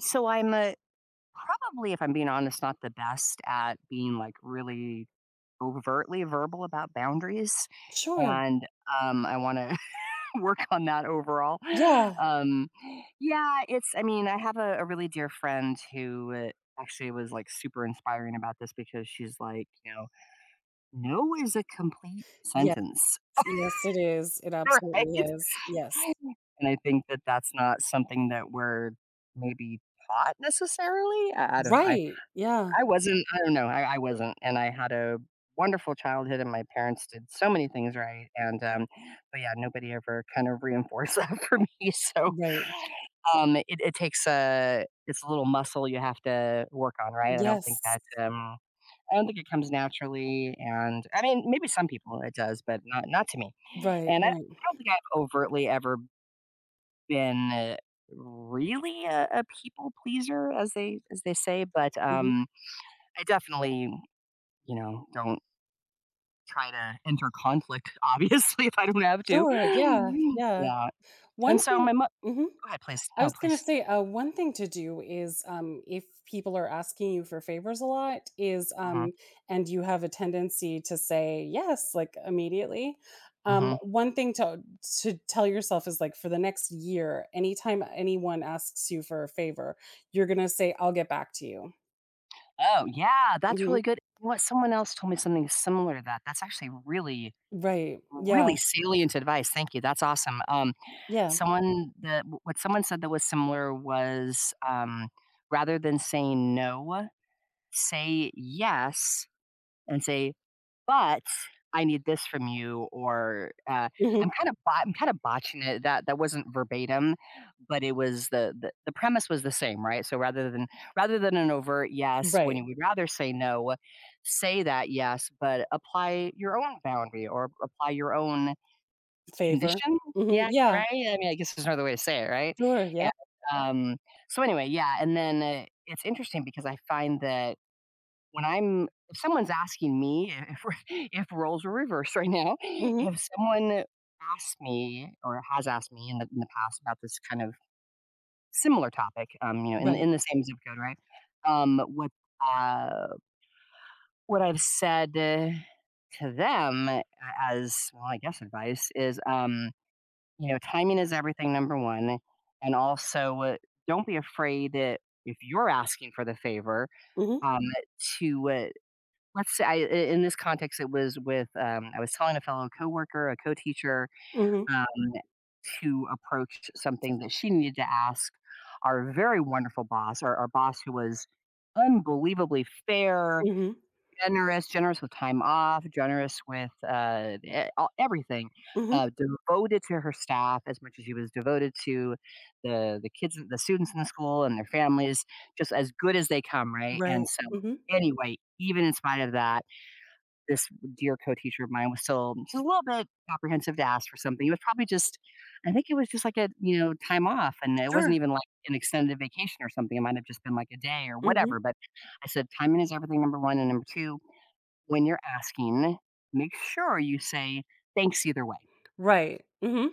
So I'm a, probably, if I'm being honest, not the best at being like really overtly verbal about boundaries. Sure. And I want to work on that overall. Yeah. Um, yeah, it's, I mean, I have a really dear friend who actually was like super inspiring about this because she's like, you know, no is a complete Yes. sentence, Yes, it is. It right? absolutely is. Yes. And I think that that's not something that we're maybe taught necessarily. I don't know. I, Right. Yeah. I wasn't I don't know, I I wasn't, and I had a wonderful childhood, and my parents did so many things right, and, but, yeah, nobody ever kind of reinforced that for me, so, Right. It's a little muscle you have to work on, right? Yes. I don't think it comes naturally, and I mean, maybe some people it does, but not to me, Right, and I right. I don't think I've overtly ever been really a people pleaser as they say, but, Mhm. I definitely don't try to enter conflict, obviously, if I don't have to. Sure. Yeah. Yeah. Yeah, and One so thing. my mo Mhm. Go ahead, please. I No, was please. gonna say, one thing to do is, if people are asking you for favors a lot, is, Mhm, and you have a tendency to say yes, like immediately. Mhm. One thing to tell yourself is like for the next year, anytime anyone asks you for a favor, you're gonna say, "I'll get back to you." Oh, yeah, that's Mhm. really good. You know what? Someone else told me something similar to that. That's actually really, Right. Yeah. really salient advice. Thank you. That's awesome. Yeah. Someone that what someone said that was similar was, rather than saying no, say yes and say but I need this from you, or Mhm. I'm kind of botching it. That that wasn't verbatim, but it was the, the premise was the same, right? So rather than an overt yes, when Right. you would rather say no, say that yes, but apply your own boundary or apply your own Favor. condition. Mhm. Yeah, Yeah. right. I mean, I guess there's another way to say it, right? Sure. And Yeah. um, so anyway, yeah, and then it's interesting because I find that when I'm if someone's asking me if if roles were reversed right now, Mhm. if someone asks me or has asked me in the past about this kind of similar topic, you know, Right. in the same zip code, right? Um, what uh, what I've said to them as well, I guess advice is, you know, timing is everything. Number one, and also don't be afraid that if you're asking for the favor, Mhm. um, to let's say I in this context, it was with, I was telling a fellow coworker, a co-teacher, Mhm. um, to approach something that she needed to ask our very wonderful boss, our boss who was unbelievably fair, Mhm. Generous with time off, generous with, e all everything, Mhm. Devoted to her staff as much as she was devoted to the students in the school and their families, just as good as they come, right? And Right. so, Mhm. anyway, even in spite of that, this dear co-teacher of mine was still just a little bit apprehensive to ask for something. It was probably just I think it was just like a, you know, time off, and it wasn't Sure. even like an extended vacation or something. It might have just been like a day or Mhm. whatever, but I said, "Timing is everything, number 1, and number 2, when you're asking, make sure you say thanks either way." Right. Mhm.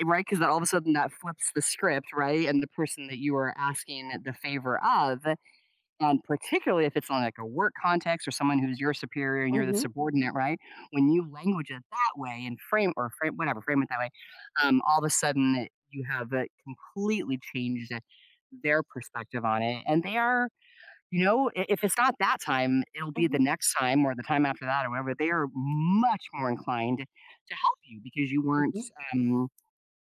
Eh, right? 'Cause then all of a sudden that flips the script, right? And the person that you are asking the favor of, and particularly if it's on like a work context or someone who's your superior and you're the Mhm. subordinate, right? When you language it that way and frame whatever, frame it that way, all of a sudden you have completely changed their perspective on it. And they are, you know, if it's not that time, it'll be the Mhm. next time or the time after that or whatever. They are much more inclined to help you because you weren't Mhm. Um,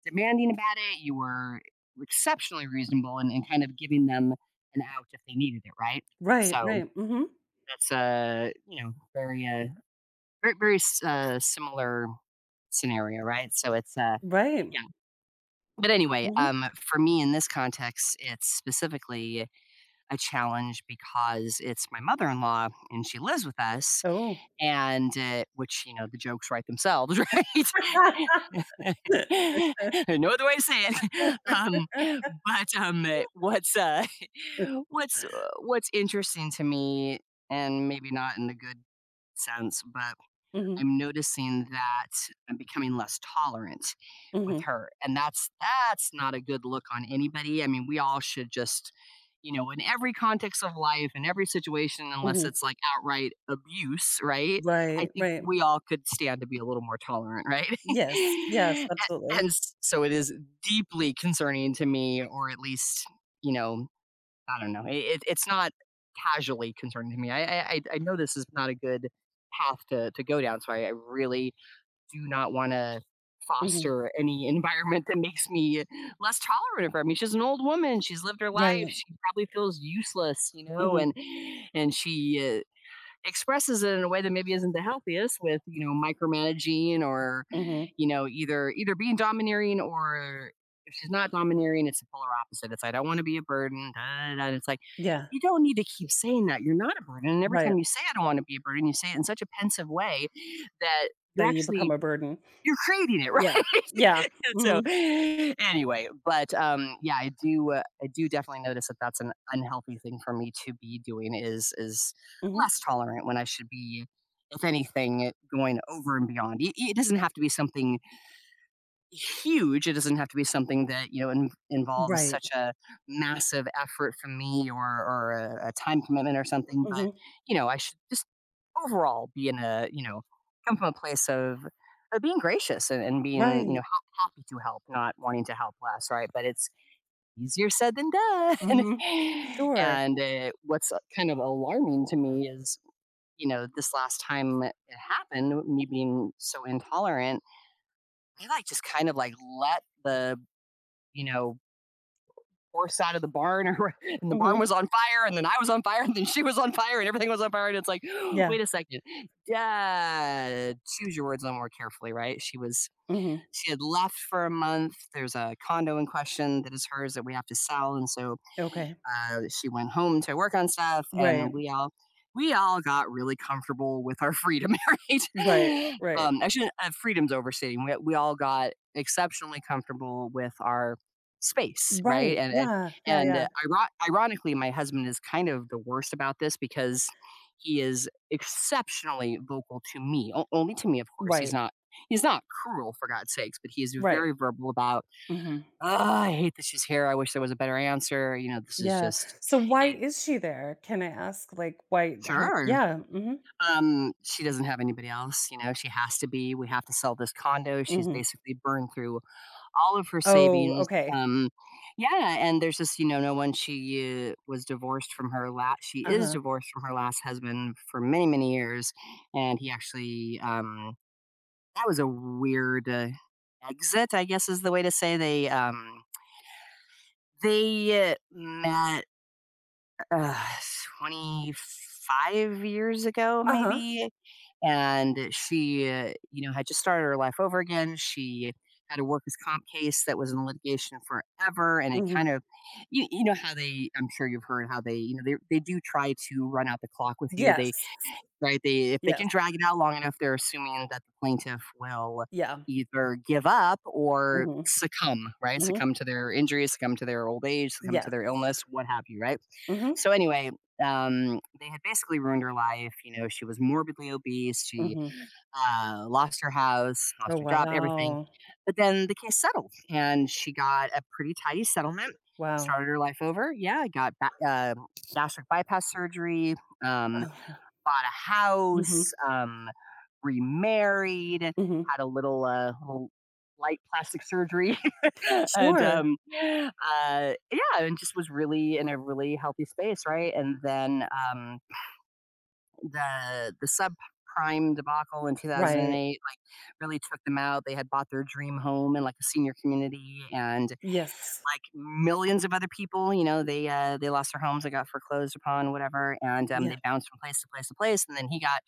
demanding about it. You were exceptionally reasonable and kind of giving them an out if they needed it, right? Right, So right. Mhm. that's a you know very very similar scenario, right? So it's Right. yeah. But anyway, Mhm. For me in this context, it's specifically a challenge because it's my mother-in-law and she lives with us, Oh. and which you know the jokes write themselves, right? No other way to say it. But, um, eh, what's, uh, what's interesting to me, and maybe not in a good sense, but Mhm. I'm noticing that I'm becoming less tolerant with Mhm. her, and that's not a good look on anybody. I mean, we all should just you know, in every context of life, in every situation, unless Mhm. it's like outright abuse, right? I Right, think right. we all could stand to be a little more tolerant, right? Yes, yes, A- absolutely. So it is deeply concerning to me, or at least, you know, I don't know. It's not casually concerning to me. I know this is not a good path to go down, so I really do not wanna Mhm. foster any environment that makes me less tolerant of her. I mean, she's an old woman, she's lived her life, Right. she probably feels useless, you know, Mhm. And she, expresses it in a way that maybe isn't the healthiest with you know micromanaging or Mhm. you know either being domineering or if she's not domineering it's the polar opposite. It's like I don't want to be a burden, da, da, da. And it's like Yeah. you don't need to keep saying that you're not a burden, and every Right. time you say I don't want to be a burden you say it in such a pensive way that you're That you become actually a burden. you're creating it, right? Yeah. Yeah. So, Mhm. anyway, but, yeah, I do definitely notice that that's an unhealthy thing for me to be doing, is Mhm. less tolerant when I should be, if anything, eh, going over and beyond. It doesn't have to be something huge, it doesn't have to be something that, you know, in involves Right. such a massive effort from me or a time commitment or something, but, Mhm. you know, I should just overall be in a, you know, come from a place of being gracious and being, you Right. know, happy to help, not wanting to help less, right? But it's easier said than done. Mhm. Sure. And what's kind of alarming to me is, you know, this last time it happened, me being so intolerant, I like just kind of like let the, you know, horse out of the barn or and the barn Mhm. was on fire and then I was on fire and then she was on fire and everything was on fire, and it's like Yeah. wait a second, yeah, choose your words a little more carefully, right? Mhm. She had left for a month. There's a condo in question that is hers that we have to sell, and so Okay. She went home to work on stuff, Right. and we all got really comfortable with our freedom, Right. right? Right. I Freedom's overstating. We all got exceptionally comfortable with our space, right? Right. Yeah. Yeah, And yeah. Ironically, my husband is kind of the worst about this because he is exceptionally vocal to me, only to me, of course. Right. He's not cruel for God's sakes, but he is Right. very verbal about Mhm. "Ah, I hate that she's here. I wish there was a better answer. You know, this is Yeah. just So why it." is she there? Can I ask, like, why how? Sure. Yeah, mhm, She doesn't have anybody else. You know, she has to be. We have to sell this condo. She's mhm. basically burned through all of her Oh, savings. okay. Um, yeah, and there's this, you know, no one. She was divorced from her last. She is Uh-huh. divorced from her last husband for many, many years, and he actually. That was a weird exit, I guess, is the way to say they. Met uh, 25 years ago, Uh-huh. maybe. And she, you know, had just started her life over again. She had a workers' comp case that was in litigation forever. And it Mhm. kind of, you know, how they, I'm sure you've heard how they, you know, they do try to run out the clock with you. Yes. Right, they, if they Yes. can drag it out long enough, they're assuming that the plaintiff will Yeah. either give up or Mhm. succumb, right? Mhm. Succumb to their injuries, succumb to their old age, succumb to Yes. their illness, what have you, right? Mhm. So anyway, they had basically ruined her life. You know, she was morbidly obese. She Mhm. Lost her house, Oh, lost her job, everything. wow. But then the case settled, and she got a pretty tidy settlement. Wow. Started her life over. Gastric bypass surgery. Um, Oh. Bought a house. Mhm. Remarried, Mhm. had a little, little light plastic surgery, and Sure. Yeah, and just was really in a really healthy space, right? And then the subprime debacle in Right. 2008 like really took them out. They had bought their dream home in like a senior community, and Yes. like millions of other people, you know, they they lost their homes, they got foreclosed upon, whatever, and Yeah. they bounced from place to place to place, and then he got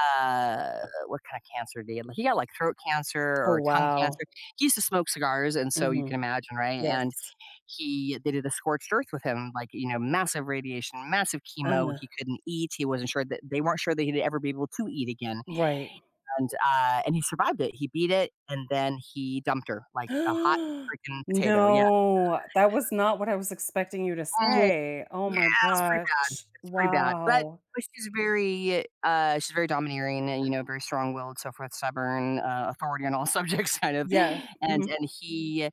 uh, what kind of cancer did he have? Like, he got, like, throat cancer Oh, or tongue wow. cancer. He used to smoke cigars, and so you can Mhm. imagine, right? And Yes. he they did a scorched earth with him, like, you know, massive radiation, massive chemo. Uh-huh. He couldn't eat. He wasn't sure that They weren't sure that he'd ever be able to eat again. Right. And he survived it. He beat it, and then he dumped her like a hot freaking potato. No, that was not what I was expecting you to Yeah. Yeah, say. Oh my it's pretty bad. gosh. It's pretty bad, Wow. but she's very domineering and, you know, very strong-willed, so forth, stubborn, authority on all subjects kind of, Yeah. Mhm, and he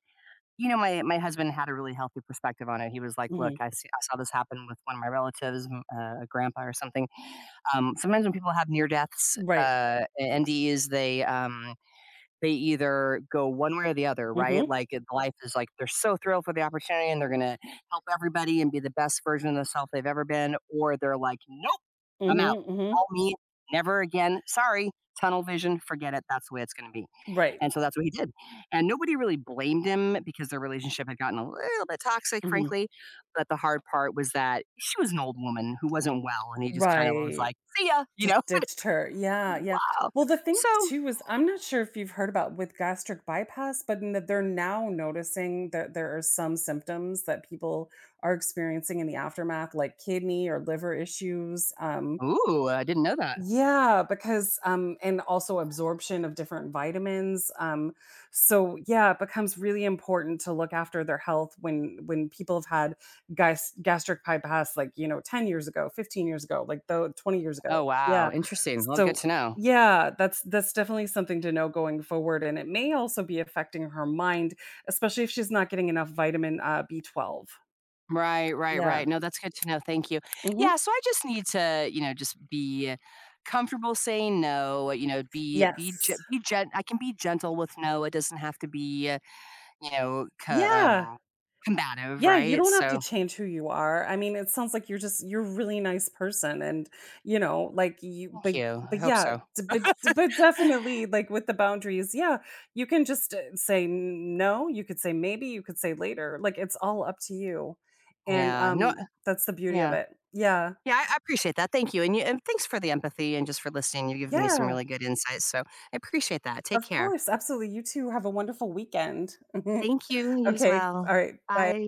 you know, my husband had a really healthy perspective on it. He was like, "Look, mhm. I saw this happen with one of my relatives, m a grandpa or something." Sometimes when people have near deaths, Right. And NDEs, they either go one way or the other, right? Mhm, Like, it life is like they're so thrilled for the opportunity and they're gonna help everybody and be the best version of themselves they've ever been, or they're like, "Nope, I'm out. mhm, mhm. All me, never again. Sorry, tunnel vision, forget it. That's the way it's gonna be." Right. And so that's what he did. And nobody really blamed him because their relationship had gotten a little bit toxic, Mhm. frankly. But the hard part was that she was an old woman who wasn't well, and he just kind of was Right. like, "See ya," you Just know? ditched her. Yeah, yeah. Wow. Well, the thing So too is I'm not sure if you've heard about with gastric bypass, but n they're now noticing that there are some symptoms that people are experiencing in the aftermath, like kidney or liver issues, um. ooh, I didn't know that. Yeah, because and also absorption of different vitamins. So yeah, it becomes really important to look after their health when people have had gastric bypass like, you know, 10 years ago, 15 years ago, like the 20 years ago. Oh, wow, Yeah. interesting. Well, good So to know. yeah, that's definitely something to know going forward and it may also be affecting her mind, especially if she's not getting enough vitamin B12. Right, right, Yeah. right. No, that's good to know. Thank you. Mhm. Yeah, so I just need to, you know, just be comfortable saying no, you know, Yes. Be gent, I can be gentle with no. It doesn't have to be, you know, Yeah. Combative, Yeah, you right? don't have to So, change who you are. I mean, it sounds like you're just you're a really nice person and, you know, like you thank but you. I hope yeah, so. d but definitely, like, with the boundaries, yeah, you can just, say no, you could say maybe, you could say later, like, it's all up to you, and, Yeah. No, that's the beauty of yeah. it. Yeah. Yeah, I appreciate that. Thank you. And, you, and thanks for the empathy and just for listening. You've given me some Yeah, really good insights. So I appreciate that. Take of care. course, absolutely, you two have a wonderful weekend. Thank you. You as Okay, well. all right, bye. Bye.